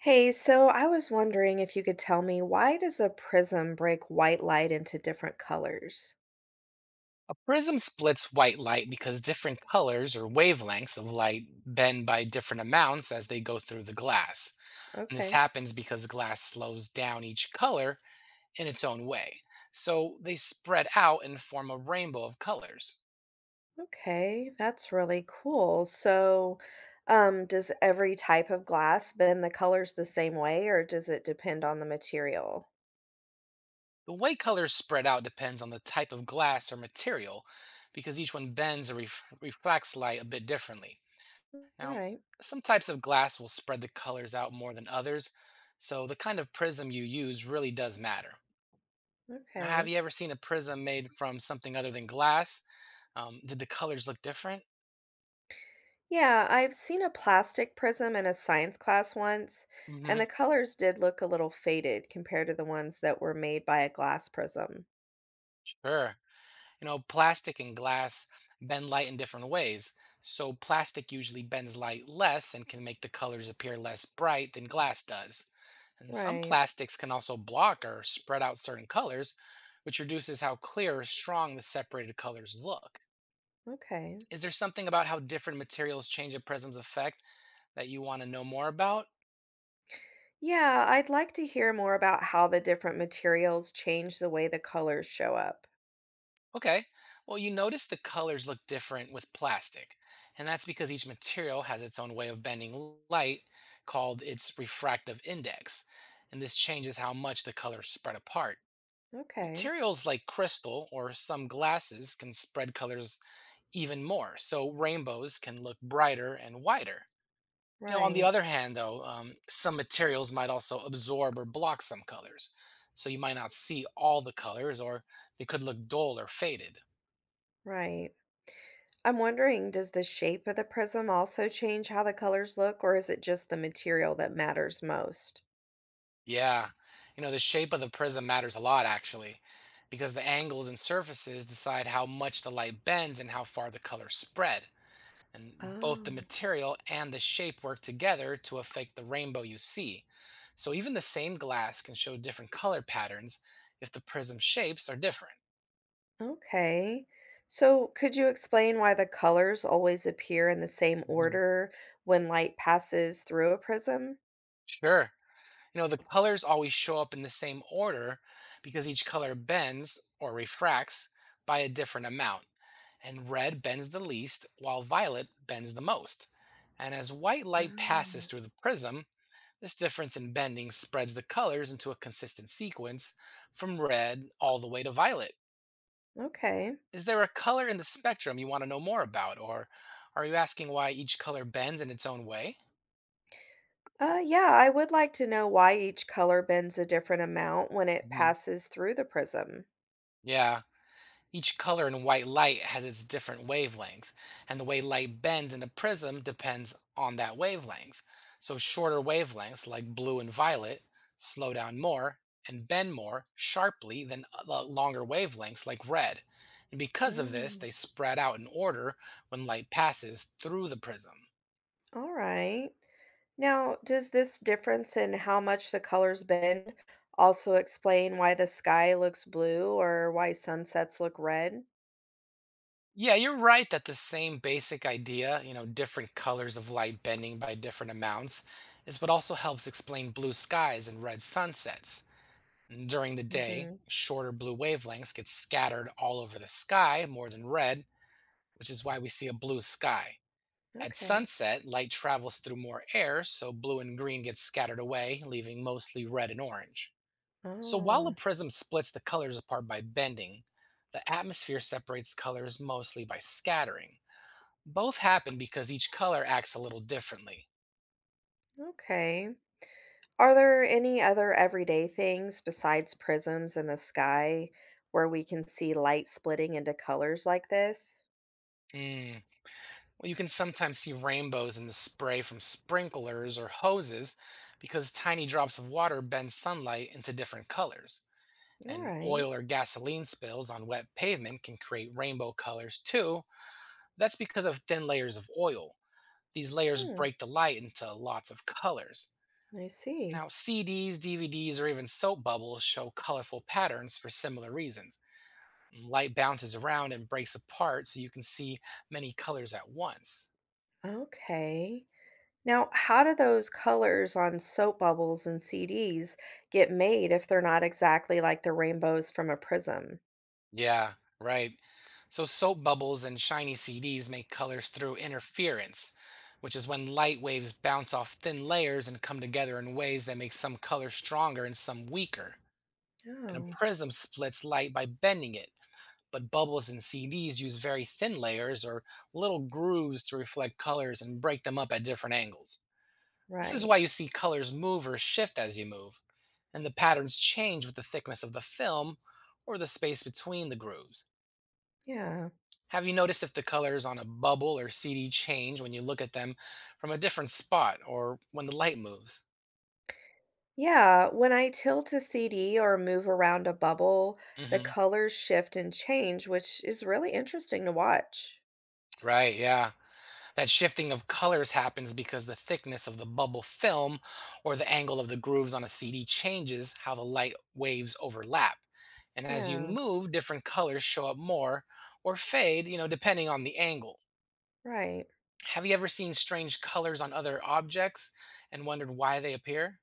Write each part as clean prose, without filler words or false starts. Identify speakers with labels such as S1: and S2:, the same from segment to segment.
S1: Hey, so I was wondering if you could tell me why does a prism break white light into different colors?
S2: A prism splits white light because different colors or wavelengths of light bend by different amounts as they go through the glass. And this
S1: Okay.
S2: happens because glass slows down each color in its own way. So they spread out and form a rainbow of colors.
S1: Okay, that's really cool. Does every type of glass bend the colors the same way, or does it depend on the material?
S2: The way colors spread out depends on the type of glass or material because each one bends or reflects light a bit differently.
S1: All
S2: Now,
S1: right.
S2: some types of glass will spread the colors out more than others, so the kind of prism you use really does matter. Now, have
S1: Okay.
S2: you ever seen a prism made from something other than glass? Did the colors look different?
S1: Yeah, I've seen a plastic prism in a science class once, and the
S2: Hmm.
S1: colors did look a little faded compared to the ones that were made by a glass prism.
S2: Sure. Plastic and glass bend light in different ways. So, plastic usually bends light less and can make the colors appear less bright than glass does. And some
S1: Right.
S2: plastics can also block or spread out certain colors, which reduces how clear or strong the separated colors look.
S1: Okay.
S2: Is there something about how different materials change a prism's effect that you want to know more about?
S1: Yeah, I'd like to hear more about how the different materials change the way the colors show up.
S2: Okay. Well, you notice the colors look different with plastic, and that's because each material has its own way of bending light called its refractive index, and this changes how much the colors spread apart.
S1: Okay,
S2: Materials like crystal or some glasses can spread colors even more, so rainbows can look brighter and wider. On the
S1: right,
S2: other hand, though, some materials might also absorb or block some colors, so you might not see all the colors, or they could look dull or faded.
S1: right. I'm wondering, does the shape of the prism also change how the colors look, or is it just the material that matters most?
S2: Yeah. The shape of the prism matters a lot, actually, because the angles and surfaces decide how much the light bends and how far the colors spread. And both the
S1: Oh,
S2: material and the shape work together to affect the rainbow you see. So even the same glass can show different color patterns if the prism shapes are different.
S1: okay. So, could you explain why the colors always appear in the same
S2: Mhm.
S1: order when light passes through a prism?
S2: Sure. The colors always show up in the same order because each color bends or refracts by a different amount. And red bends the least, while violet bends the most. And as white light passes
S1: Oh,
S2: through the prism, this difference in bending spreads the colors into a consistent sequence from red all the way to violet.
S1: okay.
S2: Is there a color in the spectrum you want to know more about, or are you asking why each color bends in its own way?
S1: Yeah, I would like to know why each color bends a different amount when it
S2: Mhm.
S1: passes through the prism.
S2: Yeah, each color in white light has its different wavelength, and the way light bends in a prism depends on that wavelength. So, shorter wavelengths like blue and violet slow down more and bend more sharply than longer wavelengths like red. And because of this,
S1: Mm,
S2: they spread out in order when light passes through the prism.
S1: all right. Now, does this difference in how much the colors bend also explain why the sky looks blue or why sunsets look red?
S2: Yeah, you're right that the same basic idea, different colors of light bending by different amounts, is what also helps explain blue skies and red sunsets. During the day,
S1: Hmm.
S2: shorter blue wavelengths get scattered all over the sky more than red, which is why we see a blue sky. At
S1: Okay.
S2: sunset, light travels through more air, so blue and green get scattered away, leaving mostly red and orange. So while a
S1: Oh,
S2: prism splits the colors apart by bending, the atmosphere separates colors mostly by scattering. Both happen because each color acts a little differently.
S1: okay. Are there any other everyday things besides prisms in the sky where we can see light splitting into colors like this?
S2: Hmm. Well, you can sometimes see rainbows in the spray from sprinklers or hoses because tiny drops of water bend sunlight into different colors.
S1: All
S2: And
S1: right.
S2: oil or gasoline spills on wet pavement can create rainbow colors too. That's because of thin layers of oil. These layers
S1: Hmm.
S2: break the light into lots of colors.
S1: I see.
S2: Now, CDs, DVDs, or even soap bubbles show colorful patterns for similar reasons. Light bounces around and breaks apart so you can see many colors at once.
S1: Okay. Now, how do those colors on soap bubbles and CDs get made if they're not exactly like the rainbows from a prism?
S2: Yeah, right. So soap bubbles and shiny CDs make colors through interference, which is when light waves bounce off thin layers and come together in ways that make some colors stronger and some weaker. And a
S1: Oh,
S2: prism splits light by bending it but bubbles in CDs use very thin layers or little grooves to reflect colors and break them up at different angles. This is why
S1: right.
S2: you see colors move or shift as you move, and the patterns change with the thickness of the film or the space between the grooves.
S1: Yeah.
S2: Have you noticed if the colors on a bubble or CD change when you look at them from a different spot or when the light moves?
S1: Yeah. When I tilt a CD or move around a bubble, the
S2: Hmm.
S1: colors shift and change, which is really interesting to watch.
S2: Right, yeah. That shifting of colors happens because the thickness of the bubble film or the angle of the grooves on a CD changes how the light waves overlap. And as you
S1: Yeah,
S2: move, different colors show up more or fade, depending on the angle.
S1: right.
S2: Have you ever seen strange colors on other objects and wondered why they appear?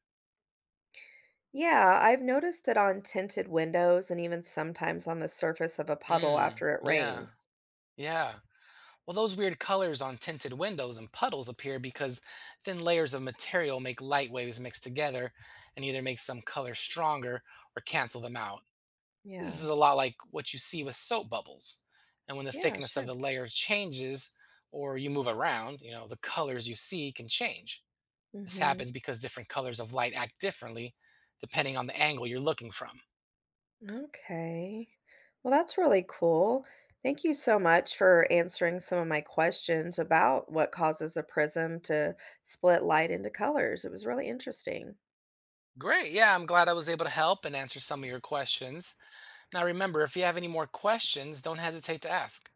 S1: Yeah, I've noticed that on tinted windows and even sometimes on the surface of a puddle
S2: Mm,
S1: after it
S2: yeah,
S1: rains.
S2: yeah. Well, those weird colors on tinted windows and puddles appear because thin layers of material make light waves mix together and either make some colors stronger or cancel them out. This is
S1: Yeah.
S2: a lot like what you see with soap bubbles. And when the
S1: Yeah,
S2: thickness of the
S1: sure.
S2: layer changes or you move around, the colors you see can change. This
S1: Mhm.
S2: happens because different colors of light act differently depending on the angle you're looking from.
S1: Okay. Well, that's really cool. Thank you so much for answering some of my questions about what causes a prism to split light into colors. It was really interesting.
S2: Great. Yeah, I'm glad I was able to help and answer some of your questions. Now, remember, if you have any more questions, don't hesitate to ask.